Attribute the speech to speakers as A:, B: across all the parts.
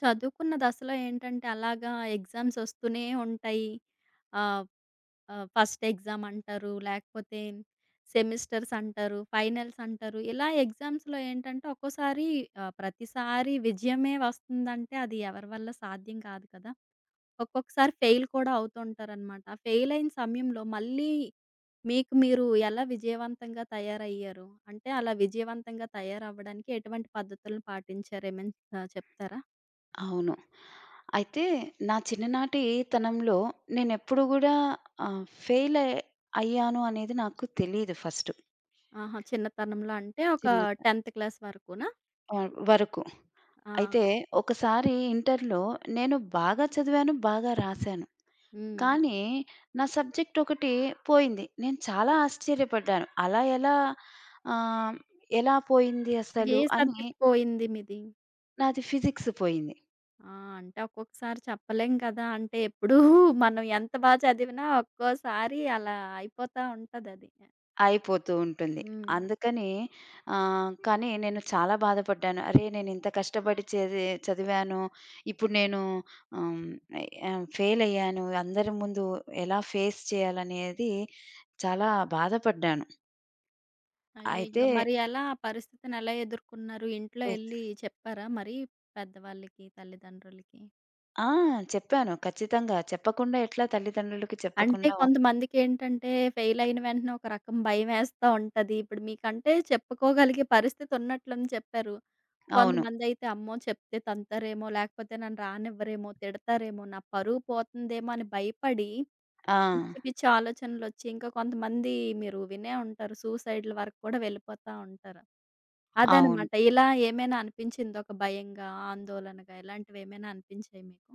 A: చదువుకున్న దశలో ఏంటంటే అలాగా ఎగ్జామ్స్ వస్తూనే ఉంటాయి. ఆహ్, ఆహ్, ఫస్ట్ ఎగ్జామ్ అంటారు. లేకపోతే సెమిస్టర్స్ అంటారు. ఫైనల్స్ అంటారు. ఇలా ఎగ్జామ్స్‌లో ఏంటంటే ఒక్కోసారి ప్రతిసారి విజయమే వస్తుందంటే అది ఎవరి వల్ల సాధ్యం కాదు కదా! ఒక్కొక్కసారి ఫెయిల్ కూడా అవుతుంటారనమాట. ఆ ఫెయిల్ అయిన సమయంలో మళ్ళీ మీకు మీరు ఎలా విజయవంతంగా తయారయ్యారు? అంటే అలా విజయవంతంగా తయారవ్వడానికి ఎటువంటి పద్ధతులను పాటించారు? ఏమైనా చెప్తారా?
B: అవును. అయితే నా చిన్ననాటి తనంలో నేనెప్పుడు గూడా ఫెయిల్ అయ్యాను అనేది నాకు తెలీదు ఫస్ట్.
A: ఆహా! చిన్నతనంలో అంటే ఒక
B: చిన్న
A: 10థ్ క్లాస్ వరకునా?
B: వరకు.
A: ఆ!
B: అయితే ఒకసారి ఇంటర్‌లో నేను బాగా చదివాను, బాగా రాసాను.
A: హ్మ్.
B: కానీ నా సబ్జెక్ట్ ఒకటి పోయింది. నేను చాలా ఆశ్చర్యపడ్డాను. అలా ఎలా ఆహ్, ఎలా పోయింది
A: ఏ
B: అసలు అని
A: సబ్జెక్ట్ పోయింది మీది?
B: నాది ఫిజిక్స్ పోయింది.
A: ఆ! అంటే ఒక్కొక్కసారి చెప్పలేం కదా! అంటే ఎప్పుడూ మనం ఎంత బా చదివినా ఒక్కోసారి అలా అయిపోతా ఉంటదది.
B: అయిపోతూ ఉంటుంది.
A: హ్మ్.
B: అందుకని కానీ నేను చాలా బాధపడ్డాను. అరే! నేనింత కష్టపడి చదివాను. ఇప్పుడు నేను ఆహ్, ఆహ్, ఫెయిల్ అయ్యాను. అందరి ముందు ఎలా ఫేస్ చేయాలనేది చాలా బాధపడ్డాను. అయితే
A: అయ్యయ్యో! మరి ఎలా ఆ పరిస్థితిని ఎలా ఎదుర్కొన్నారు? ఇంట్లో
B: ఎస్
A: ఎళ్లి చెప్పారా మరి పెద్దవాళ్ళకి, తల్లిదండ్రులకి?
B: ఆ! చెప్పాను. ఖచ్చితంగా చెప్పకుండా ఎట్లా తల్లిదండ్రులకి
A: అంటే
B: చెప్పకుండా
A: కొంతమందికేంటంటే ఫెయిల్ అయిన వెంటనే ఒక రకం భయమేస్తా ఉంటది. ఇప్పుడు మీకంటే చెప్పుకోగలిగే పరిస్థితి ఉన్నట్లుంది చెప్పారు.
B: అవును.
A: కొంతమందయితే అమ్మో! చెప్తే తంతారేమో, లేకపోతే నన్ను రానివ్వరేమో, తిడతారేమో, నా పరువు పోతుందేమో అని భయపడి
B: ఆ!
A: పిచ్చి పిచ్చి ఆలోచనలొచ్చి, ఇంకా కొంతమంది మీరు వినే ఉంటారు. సూసైడ్‌ల వరకు కూడా వెళ్ళిపోతా ఉంటారు.
B: అవును.
A: అదనమాట. ఇలా ఏమైనా అనిపించిందా? ఒక భయంగా, ఆందోళనగా ఇలాంటివేమైనా అనిపించాయి మీకు?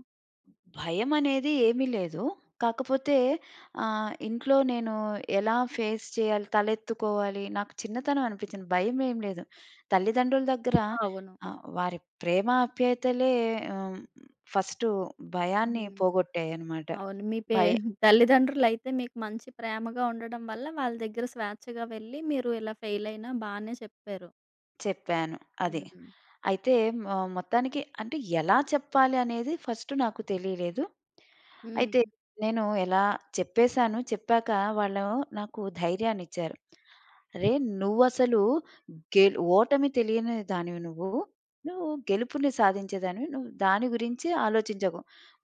B: భయమనేది ఏమీ లేదు. కాకపోతే ఇంట్లో నేను ఎలా ఫేస్ చేయాలి? తలెత్తుకోవాలి? నాకు చిన్నతనం అనిపించింది. భయమేం లేదు. తల్లిదండ్రుల దగ్గర
A: అవును.
B: వారి ప్రేమ ఆప్యాయతలే ఆహ్, ఫస్టు భయాన్ని
A: హ్మ్.
B: పోగొట్టాయనమాట.
A: అవును. మీ పే
B: భయ
A: తల్లిదండ్రులయితే మీకు మంచి ప్రేమగా ఉండడం వల్ల వాళ్ళ దగ్గర స్వేచ్ఛగా వెళ్ళి మీరు ఇలా ఫెయిల్ అయినా బానే చెప్పారు.
B: చెప్పాను. అది.
A: హ్మ్.
B: అయితే మొత్తానికి అంటే ఎలా చెప్పాలి అనేది ఫస్ట్ నాకు తెలియలేదు.
A: హ్మ్.
B: అయితే నేను ఎలా చెప్పేసాను. చెప్పాక వాళ్ళు నాకు ధైర్యాన్నిచ్చారు. "అరేయ్! నువ్వసలు ఓటమి తెలియని దానివి నువ్వు. నువ్వు గెలుపుని సాధించేదానివి. నువ్వు దాని గురించి ఆలోచించకు.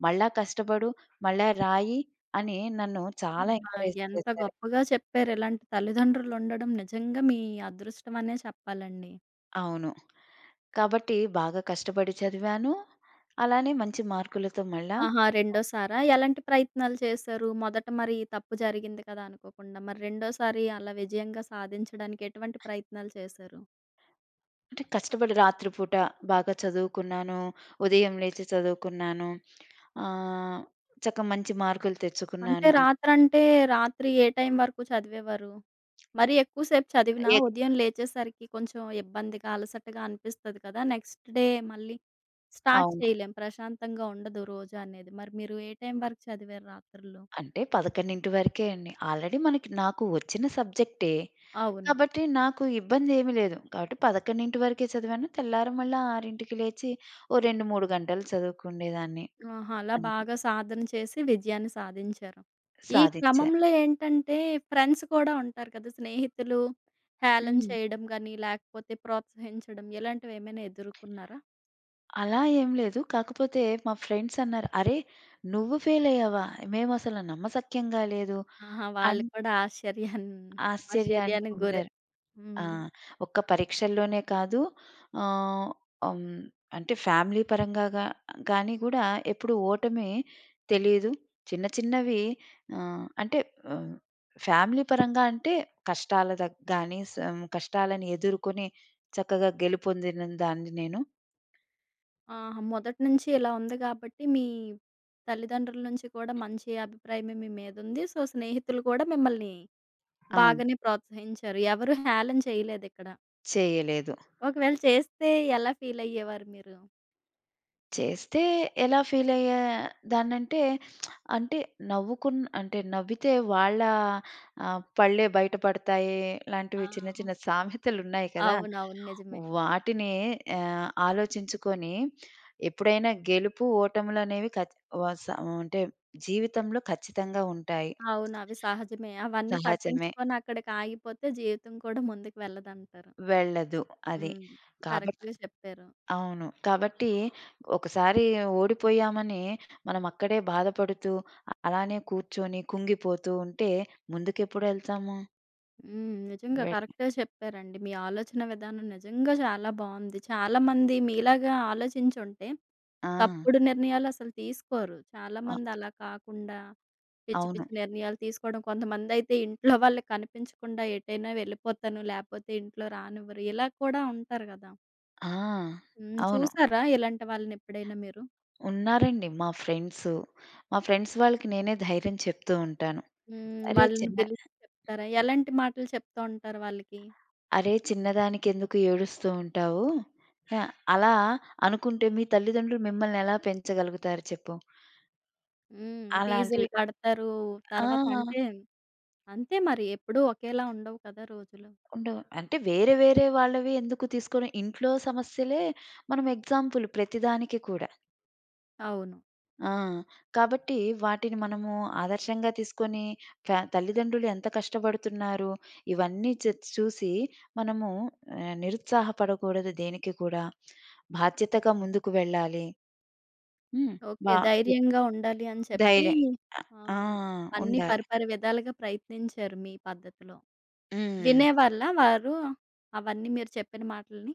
B: మళ్ళా కష్టపడు, మళ్ళా రాయి" అని నన్ను చాలా
A: అబ్బా!
B: ఎంకరేజ్
A: ఎంత
B: చేశారు.
A: గొప్పగా చెప్పారు. ఇలాంటి తల్లిదండ్రులుండడం నిజంగా మీ అదృష్టం అనే చెప్పాలండి.
B: అవును. కాబట్టి బాగా కష్టపడి చదివాను. అలానే మంచి మార్కులతో మళ్ళా
A: ఆహా! రెండోసారా? ఎలాంటి ప్రయత్నాలు చేశారు? మొదట మరి తప్పు జరిగింది కదా అనుకోకుండా. మరి రెండోసారి అలా విజయంగా సాధించడానికి ఎటువంటి ప్రయత్నాలు చేశారు?
B: అంటే కష్టపడి రాత్రిపూట బాగా చదువుకున్నాను. ఉదయం లేచి చదువుకున్నాను. ఆహ్, చక్క మంచి మార్కులు
A: అంటే
B: తెచ్చుకున్నాను.
A: రాత్రి ఏ టైం వరకు చదివేవారు? మరి ఎక్కువ సేపు చదివినా
B: ఏ
A: ఉదయం లేచేసరికి కొంచెం ఇబ్బందిగా, అలసటగా అనిపిస్తది కదా! నెక్స్ట్ డే మళ్ళీ స్టార్ట్
B: అవును.
A: చేయలేం. ప్రశాంతంగా ఉండదు రోజు అనేది. మరి మీరు ఏ టైం వరకు చదివారు రాత్రులు?
B: అంటే 11 వరకే అండి. ఆల్రెడీ నాకు వచ్చిన సబ్జెక్టే.
A: అవును.
B: కాబట్టి నాకు ఇబ్బందేమీ లేదు. కాబట్టి 11 వరకే చదివాను. తెల్లారి మళ్ళా 6కి లేచి ఓ 2, 3 గంటలు చదువుకునేదాన్ని.
A: ఆహా! అలా
B: అంతే
A: బాగా సాధన చేసి విజయాన్ని సాధించారు. ఈ
B: సాధిచ్చా.
A: క్రమంలో ఏంటంటే ఫ్రెండ్స్ కూడా ఉంటారు కదా! స్నేహితులు హేళన
B: హ్మ్.
A: చేయడం గాని, లేకపోతే ప్రోత్సహించడం ఇలాంటివేమైనా ఎదుర్కొన్నారా?
B: అలా ఏం లేదు. కాకపోతే మా ఫ్రెండ్స్ అన్నారు, "అరే! నువ్వు ఫెయిలయ్యావా? మేమసలు నమ్మశక్యంగా లేదు"
A: ఆహా!
B: అన్
A: వాళ్ళు కూడా
B: ఆశ్చర్యానికి
A: ఆశ్చర్యానికి గురై
B: పొందారు. ఆ!
A: హ్మ్.
B: ఒక్క పరీక్షల్లోనే కాదు ఆహ్, హ్మ్. అంటే ఫ్యామిలీ పరంగా గాని గూడా ఎప్పుడు ఓటమి తెలీదు. చిన్న చిన్నవి అంటే ఆహ్, ఫ్యామిలీ పరంగా అంటే కష్టాల దగ్ గాని సం కష్టాలను ఎదుర్కొని చక్కగా గెలుపొందిన దాన్ని నేను
A: ఆహా! మొదటి నుంచి ఇలా ఉంది కాబట్టి మీ తల్లిదండ్రుల నుంచి కూడా మంచి అభిప్రాయమే మీ మీదుంది. సో, స్నేహితులు కూడా మిమ్మల్ని
B: ఆ!
A: బాగానే ప్రోత్సహించారు. ఎవరు హేళన చేయలేదిక్కడ.
B: చేయలేదు.
A: ఒకవేళ చేస్తే ఎలా ఫీలయ్యేవారు మీరు?
B: చేస్తే ఎలా ఫీలయ్యేదాన్నంటే, అంటే నవ్వుకున్ అంటే నవ్వితే వాళ్ళ పళ్ళే బయట పడతాయి
A: ఆ!
B: లాంటివి చిన్న చిన్న సామెతలున్నాయి కదా!
A: అవునవును. నిజమే.
B: వాటిని ఆలోచించుకొని ఎప్పుడైనా గెలుపు, ఓటములనేవి ఖచ్ వ స అంటే జీవితంలో ఖచ్చితంగా ఉంటాయి.
A: అవును. అవి సహజమే. అవన్నీ
B: సహజమే.
A: పట్టించుకొని అక్కడికి ఆగిపోతే జీవితం కూడా ముందుకు వెళ్ళదంటారు.
B: వెళ్ళదు అది.
A: హ్మ్.
B: కాబ
A: కరెక్ట్‌గా చెప్పారు.
B: అవును. కాబట్టి ఒకసారి ఓడిపోయామని మనం అక్కడే బాధపడుతూ, అలానే కూర్చొని కుంగిపోతూ ఉంటే ముందుకెప్పుడెళ్తాము?
A: హ్మ్. నిజంగా
B: వెళ్
A: కరెక్ట్‌గా చెప్పారండి. మీ ఆలోచన విధానం నిజంగా చాలా బావుంది. చాలామంది మీలాగా ఆలోచించుంటే
B: ఆ!
A: తప్పుడు నిర్ణయాలు అసలు తీసుకోరు.
B: అ
A: చాలామంది అలా కాకుండా పిచ్చి
B: అవును.
A: పిచ్చి నిర్ణయాలు తీసుకోవడం. కొంతమందైతే ఇంట్లో వాళ్ళకి కనిపించకుండా ఎటైనా వెళ్ళిపోతాను, లేపోతే ఇంట్లో రానివ్వరు. ఇలా కూడా ఉంటారు గదా!
B: ఆ!
A: హ్మ్.
B: అవును.
A: చూసారా ఇలాంటి వాళ్ళనెప్పుడైనా మీరు?
B: ఉన్నారండి మా ఫ్రెండ్సు. మా ఫ్రెండ్స్ వాళ్ళకి నేనే ధైర్యం చెప్తూ ఉంటాను.
A: హ్మ్.
B: "అరే
A: వాళ్ళని
B: చిన్న
A: పిలిచి చెప్తారా? ఎలాంటి మాటలు చెప్తూ ఉంటారు వాళ్ళకి?
B: "అరే చిన్నదానికెందుకు ఏడుస్తూ ఉంటావు? ఆ! అలా అనుకుంటే మీ తల్లిదండ్రులు మిమ్మల్ని ఎలా పెంచగలుగుతారు చెప్పు?"
A: హ్మ్.
B: అలాంటివి
A: ఫీజులు కడతారు. తర్వాత
B: ఆ!
A: అంటే అంతే మరి ఎప్పుడూ ఒకేలా ఉండవు కదా రోజులు.
B: ఉండవు. అంటే వేరే వేరే వాళ్ళవి ఎందుకు తీసుకోను. ఇంట్లో సమస్యలే మనం ఎగ్జాంపుల్ ప్రతిదానికి కూడా.
A: అవును.
B: ఆ! కాబట్టి వాటిని మనము ఆదర్శంగా తీసుకొని తల్లిదండ్రులు ఎంత కష్టపడుతున్నారు, ఇవన్నీ చూసి మనము నిరుత్సాహపడకూడదు దేనికి కూడా. బాధ్యతగా ముందుకు వెళ్ళాలి. హ్మ్.
A: ఓకే.
B: బా
A: ధైర్యంగా ఉండాలి అని చెప్పి
B: ధైర్యం
A: ఆ!
B: ఆ!
A: అన్ని
B: ఉండాలి.
A: పరిపరి విధాలుగా ప్రయత్నించారు మీ పద్ధతిలో.
B: హ్మ్.
A: వినేవాళ్ళా వారు అవన్నీ మీరు చెప్పిన మాటలని?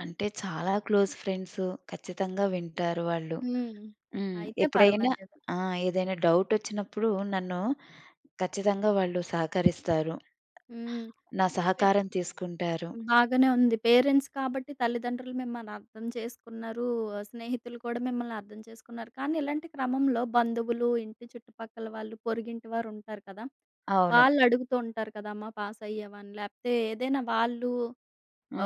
B: అంటే చాలా క్లోజ్ ఫ్రెండ్స్ ఖచ్చితంగా వింటారు వాళ్ళు.
A: హ్మ్.
B: హ్మ్.
A: అయితే
B: ఎప్పుడైనా
A: పర్వాలేదు.
B: ఆ! ఏదైనా డౌటొచ్చినప్పుడు నన్ను ఖచ్చితంగా వాళ్ళు సహకరిస్తారు.
A: హ్మ్.
B: నా
A: పె
B: సహకారం తీసుకుంటారు.
A: బాగానే ఉంది. పేరెంట్స్ కాబట్టి తల్లిదండ్రులు మిమ్మల్ని అర్థం చేసుకున్నారు. స్నేహితులు కూడా మిమ్మల్ని అర్థం చేసుకున్నారు. కానీ ఇలాంటి క్రమంలో బంధువులు, ఇంటి చుట్టుపక్కల వాళ్ళు, పొరుగింటి వారు ఉంటారు కదా!
B: అవును.
A: వాళ్ళు అడుగుతూ ఉంటారు కదా! అమ్మ పాస్ అయ్యావా అని లేకపోతే ఏదైనా వాళ్ళు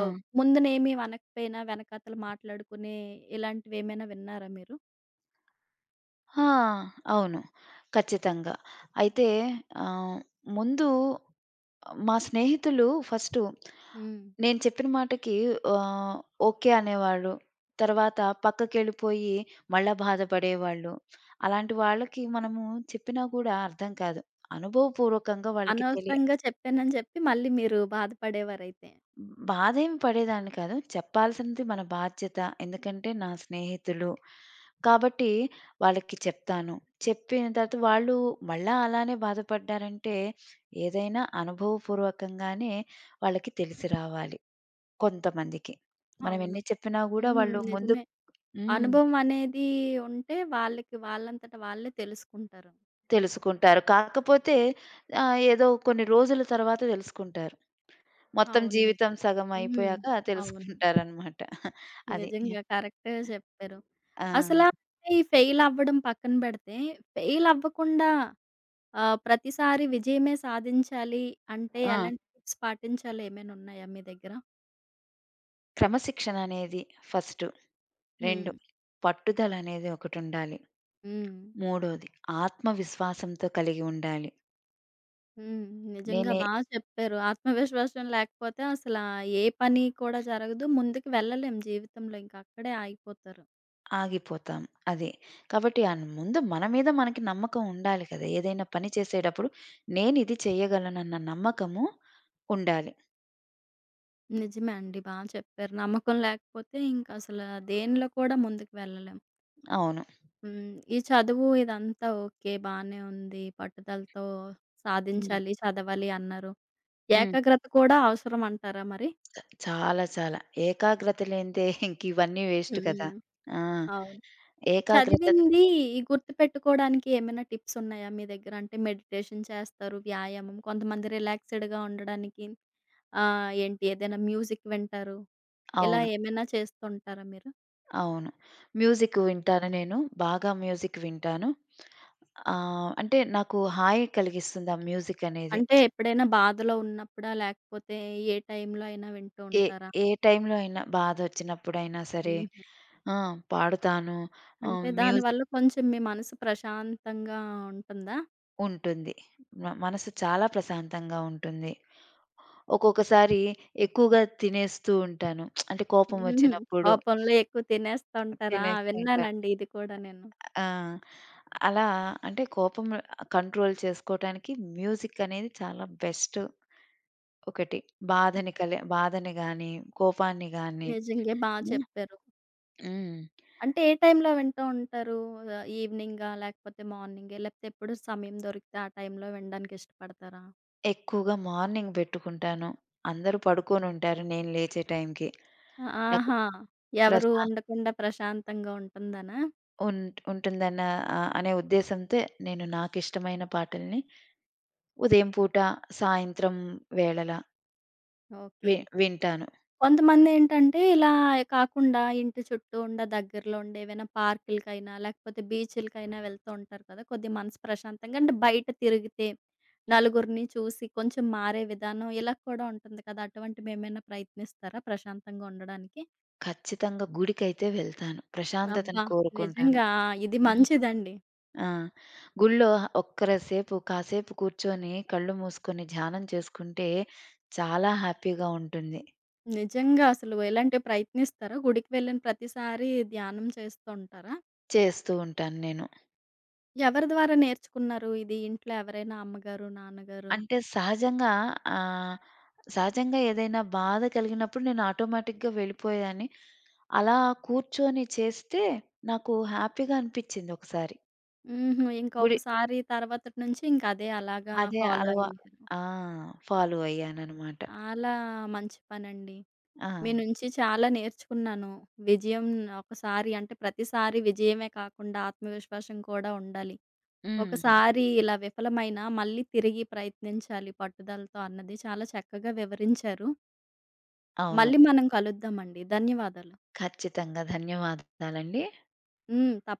A: ఆహ్, ముందునేమి అనకపోయినా వెనకాతల మాట్లాడుకునే ఇలాంటివేమైనా విన్నారా మీరు?
B: ఆ! అవును. ఖచ్చితంగా. అయితే ఆహ్, ముందు మా స్నేహితులు ఫస్టు
A: హ్మ్.
B: నేను చెప్పిన మాటకి ఆహ్, ఓకే అనేవాళ్ళు. తర్వాత పక్కకెళ్ళిపోయి మళ్ళా బాధపడేవాళ్ళు. అలాంటి వాళ్ళకి మనము చెప్పినా గూడా అర్థం కాదు. అనుభవపూర్వకంగా వాళ్ళకి తెలియ
A: అనవసరంగా చెప్పానని చెప్పి మళ్ళీ మీరు బాధపడేవారైతే.
B: బాధేమి పడేదాన్ని కాదు. చెప్పాల్సినది మన బాధ్యత. ఎందుకంటే నా స్నేహితులు. కాబట్టి వాళ్ళకి చెప్తాను. చెప్పిన తర్వాత వాళ్ళు మళ్ళా అలానే బాధపడ్డారంటే ఏదైనా అనుభవపూర్వకంగానే వాళ్ళకి తెలిసి రావాలి కొంతమందికి. మనం
A: అవును.
B: ఎన్ని చెప్పినా గూడా
A: హ్మ్.
B: వాళ్ళు ముందు
A: నిజమే.
B: హ్మ్.
A: అనుభవం అనేది ఉంటే వాళ్ళకి వాళ్ళంతట వాళ్ళే తెలుసుకుంటారు.
B: తెలుసుకుంటారు. కాకపోతే ఏదో కొన్ని రోజుల తర్వాత తెలుసుకుంటారు. మొత్తం
A: అవును. నిజం.
B: జీవితం సగం
A: హ్మ్.
B: అయిపోయాక
A: అవును.
B: తెలుసుకుంటారనమాట. అది.
A: నిజంగా కరెక్టే చెప్పారు.
B: ఆ!
A: అసల అంటే ఈ ఫెయిల్ అవ్వడం పక్కన పెడితే, ఫెయిల్ అవ్వకుండా ప్రతిసారి విజయమే సాధించాలి అంటే
B: ఆ!
A: ఎలాంటి టిప్స్ పాటించాలో ఏమైనా ఉన్నాయా మీ దగ్గర?
B: క్రమశిక్షణ అనేది ఫస్టు. 2
A: హ్మ్.
B: పట్టుదల అనేది ఒకటుండాలి.
A: హ్మ్.
B: మూడోది ఆత్మవిశ్వాసంతో కలిగి ఉండాలి.
A: హ్మ్. నిజంగా
B: నేనే
A: బా చెప్పారు. ఆత్మవిశ్వాసం లేకపోతే అసలా ఏ పని కూడా జరగదు. ముందుకు వెళ్ళలేం జీవితంలో. ఇంక అక్కడే ఆగిపోతారు.
B: ఆగిపోతాం అది. కాబట్టి ఆన్ ముందు మన మీద మనకి నమ్మకం ఉండాలి కదా! ఏదైనా పని చేసేటప్పుడు నేనిది చేయగలనన్న నమ్మకము ఉండాలి.
A: నిజమే అండి. బా చెప్పారు. నమ్మకం లేకపోతే ఇంక అసలు దేనిలో కూడా ముందుకు వెళ్ళలేం.
B: అవును.
A: హ్మ్. ఈ చదువు ఇదంతా ఓకే. బానే ఉంది. పట్టుదలతో
B: హ్మ్.
A: సాధించాలి, చదవాలి అన్నారు.
B: హ్మ్.
A: ఏకాగ్రత కూడా అవసరం అంటారా మరి?
B: చాలా చాలా. ఏకాగ్రత లేనిదే ఇంకివన్నీ వేస్ట్ కదా!
A: హ్మ్.
B: ఆ!
A: అవును.
B: ఏకాగ్రత
A: చదివింది గుర్తుపెట్టుకోడానికి ఏమైనా టిప్స్ ఉన్నాయా మీ దగ్గర? అంటే మెడిటేషన్ చేస్తారు, వ్యాయామం కొంతమంది రిలాక్స్‌డ్‌గా ఉండడానికి ఏంటి ఏదైనా మ్యూజిక్ వింటారు. ఇలా
B: అవును.
A: ఏమైనా చేస్తుంటారా మీరు?
B: అవును. మ్యూజిక్ వింటాను నేను. బాగా మ్యూజిక్ వింటాను. అంటే నాకు హాయి కలిగిస్తుంది ఆ మ్యూజిక్ అనేది.
A: అంటే ఎప్పుడైనా బాధలో ఉన్నప్పుడా? లేకపోతే ఏ టైంలో అయినా వింటూ
B: ఏ
A: ఉంటారా?
B: ఏ టైంలో అయినా బాధొచ్చినప్పుడైనా సరే
A: హుహు.
B: ఆ! పాడుతాను.
A: అంటే
B: మ్యూజిక్
A: దానివల్ల కొంచెం మీ మనసు ప్రశాంతంగా ఉంటుందా?
B: ఉంటుంది. మనసు చాలా ప్రశాంతంగా ఉంటుంది. ఒక్కొక్కసారి ఎక్కువగా తినేస్తూ ఉంటాను. అంటే కోపం
A: హుహు.
B: వచ్చినప్పుడు
A: కోపంలో ఎక్కువ తినేస్తుంటారా?
B: తినేస్తూ ఉంటాను.
A: విన్నానండి ఇది కూడా నేను.
B: ఆ! అలా అంటే కోపం కంట్రోల్ చేసుకోవటానికి మ్యూజిక్ అనేది చాలా బెస్ట్ ఒకటి. బాధని గానీ, కోపాన్ని గానీ
A: నిజంగే బా
B: హ్మ్.
A: చెప్పారు.
B: హ్మ్.
A: అంటే ఏ టైంలో వింటూ ఉంటారు? ఈవినింగా? లేకపోతే మార్నింగే? లేకపోతే ఎప్పుడు సమయం దొరికితే ఆ టైంలో వినడానికి ఇష్టపడతారా?
B: ఎక్కువగా మార్నింగ్ బెట్టుకుంటాను. అందరూ పడుకొనుంటారు నేను లేచే టైంకి. నాకు
A: ఆహా! ఎవరు
B: ప్రశా
A: ఉండకుండా ప్రశాంతంగా ఉంటుందనా?
B: ఉం ఉంటుందన్న అనే ఉద్దేశంతో నేను నాకిష్టమైన పాటల్ని ఉదయం పూట, సాయంత్రం వేళల
A: ఓకే.
B: వి వింటాను.
A: కొంతమందేంటంటే ఇలా కాకుండా ఇంటి చుట్టూ ఉండే దగ్గరలో ఉండే ఏవైనా పార్కులకైనా, లేకపోతే బీచ్‌లకైనా వెళ్తూ ఉంటారు కదా! కొద్దిగా మనసు ప్రశాంతంగా అంటే బయట తిరిగితే నలుగురిని చూసి కొంచెం మారే విధానం ఇలా కూడా ఉంటుంది కదా! అటువంటివేమైనా ప్రయత్నిస్తారా ప్రశాంతంగా ఉండడానికి?
B: ఖచ్చితంగా గుడికైతే వెళ్తాను. ప్రశాంతతను
A: అబ్బా!
B: కోరుకుంటాను.
A: నిజంగా ఇది
B: హ్మ్.
A: మంచిదండి.
B: ఆ! గుళ్ళో కాసేపు కూర్చొని కళ్ళు మూసుకొని ధ్యానం చేసుకుంటే చాలా హ్యాపీగా ఉంటుంది.
A: నిజంగా అసలు ఎలాంటి ప్రయత్నిస్తారా? గుడికి వెళ్ళిన ప్రతిసారి ధ్యానం చేస్తుంటారా?
B: చేస్తూ ఉంటాను నేను.
A: ఎవరి ద్వారా నేర్చుకున్నారు ఇది? ఇంట్లో ఎవరైనా అమ్మగారు, నాన్నగారు?
B: అంటే సహజంగా ఆహ్, సహజంగా ఏదైనా బాధ కలిగినప్పుడు నేను ఆటోమేటిక్‌గా వెళ్ళిపోయేదాన్ని. అలా కూర్చొని చేస్తే నాకు హ్యాపీగా అనిపిచ్చింది ఒకసారి.
A: హుహు. ఇంకా
B: గుడి
A: ఒకసారి తర్వాతటి నుంచి ఇంక అదే అలాగా
B: అదే
A: ఫాలో
B: అలవా
A: అయ్యారు.
B: ఆ! ఫాలో అయ్యాననమాట.
A: అలా మంచి పనండి.
B: ఆ!
A: మీ నుంచి చాలా నేర్చుకున్నాను. విజయం ఒకసారి అంటే ప్రతిసారి విజయమే కాకుండా ఆత్మవిశ్వాసం కూడా ఉండాలి.
B: హ్మ్.
A: ఒకసారి ఇలా విఫలమైనా మళ్ళీ తిరిగి ప్రయత్నించాలి పట్టుదలతో అన్నది చాలా చక్కగా వివరించారు.
B: అవును.
A: మళ్ళీ మనం కలుద్దామండి. ధన్యవాదాలు.
B: ఖచ్చితంగా. ధన్యవాదాలండి.
A: హ్మ్. తప్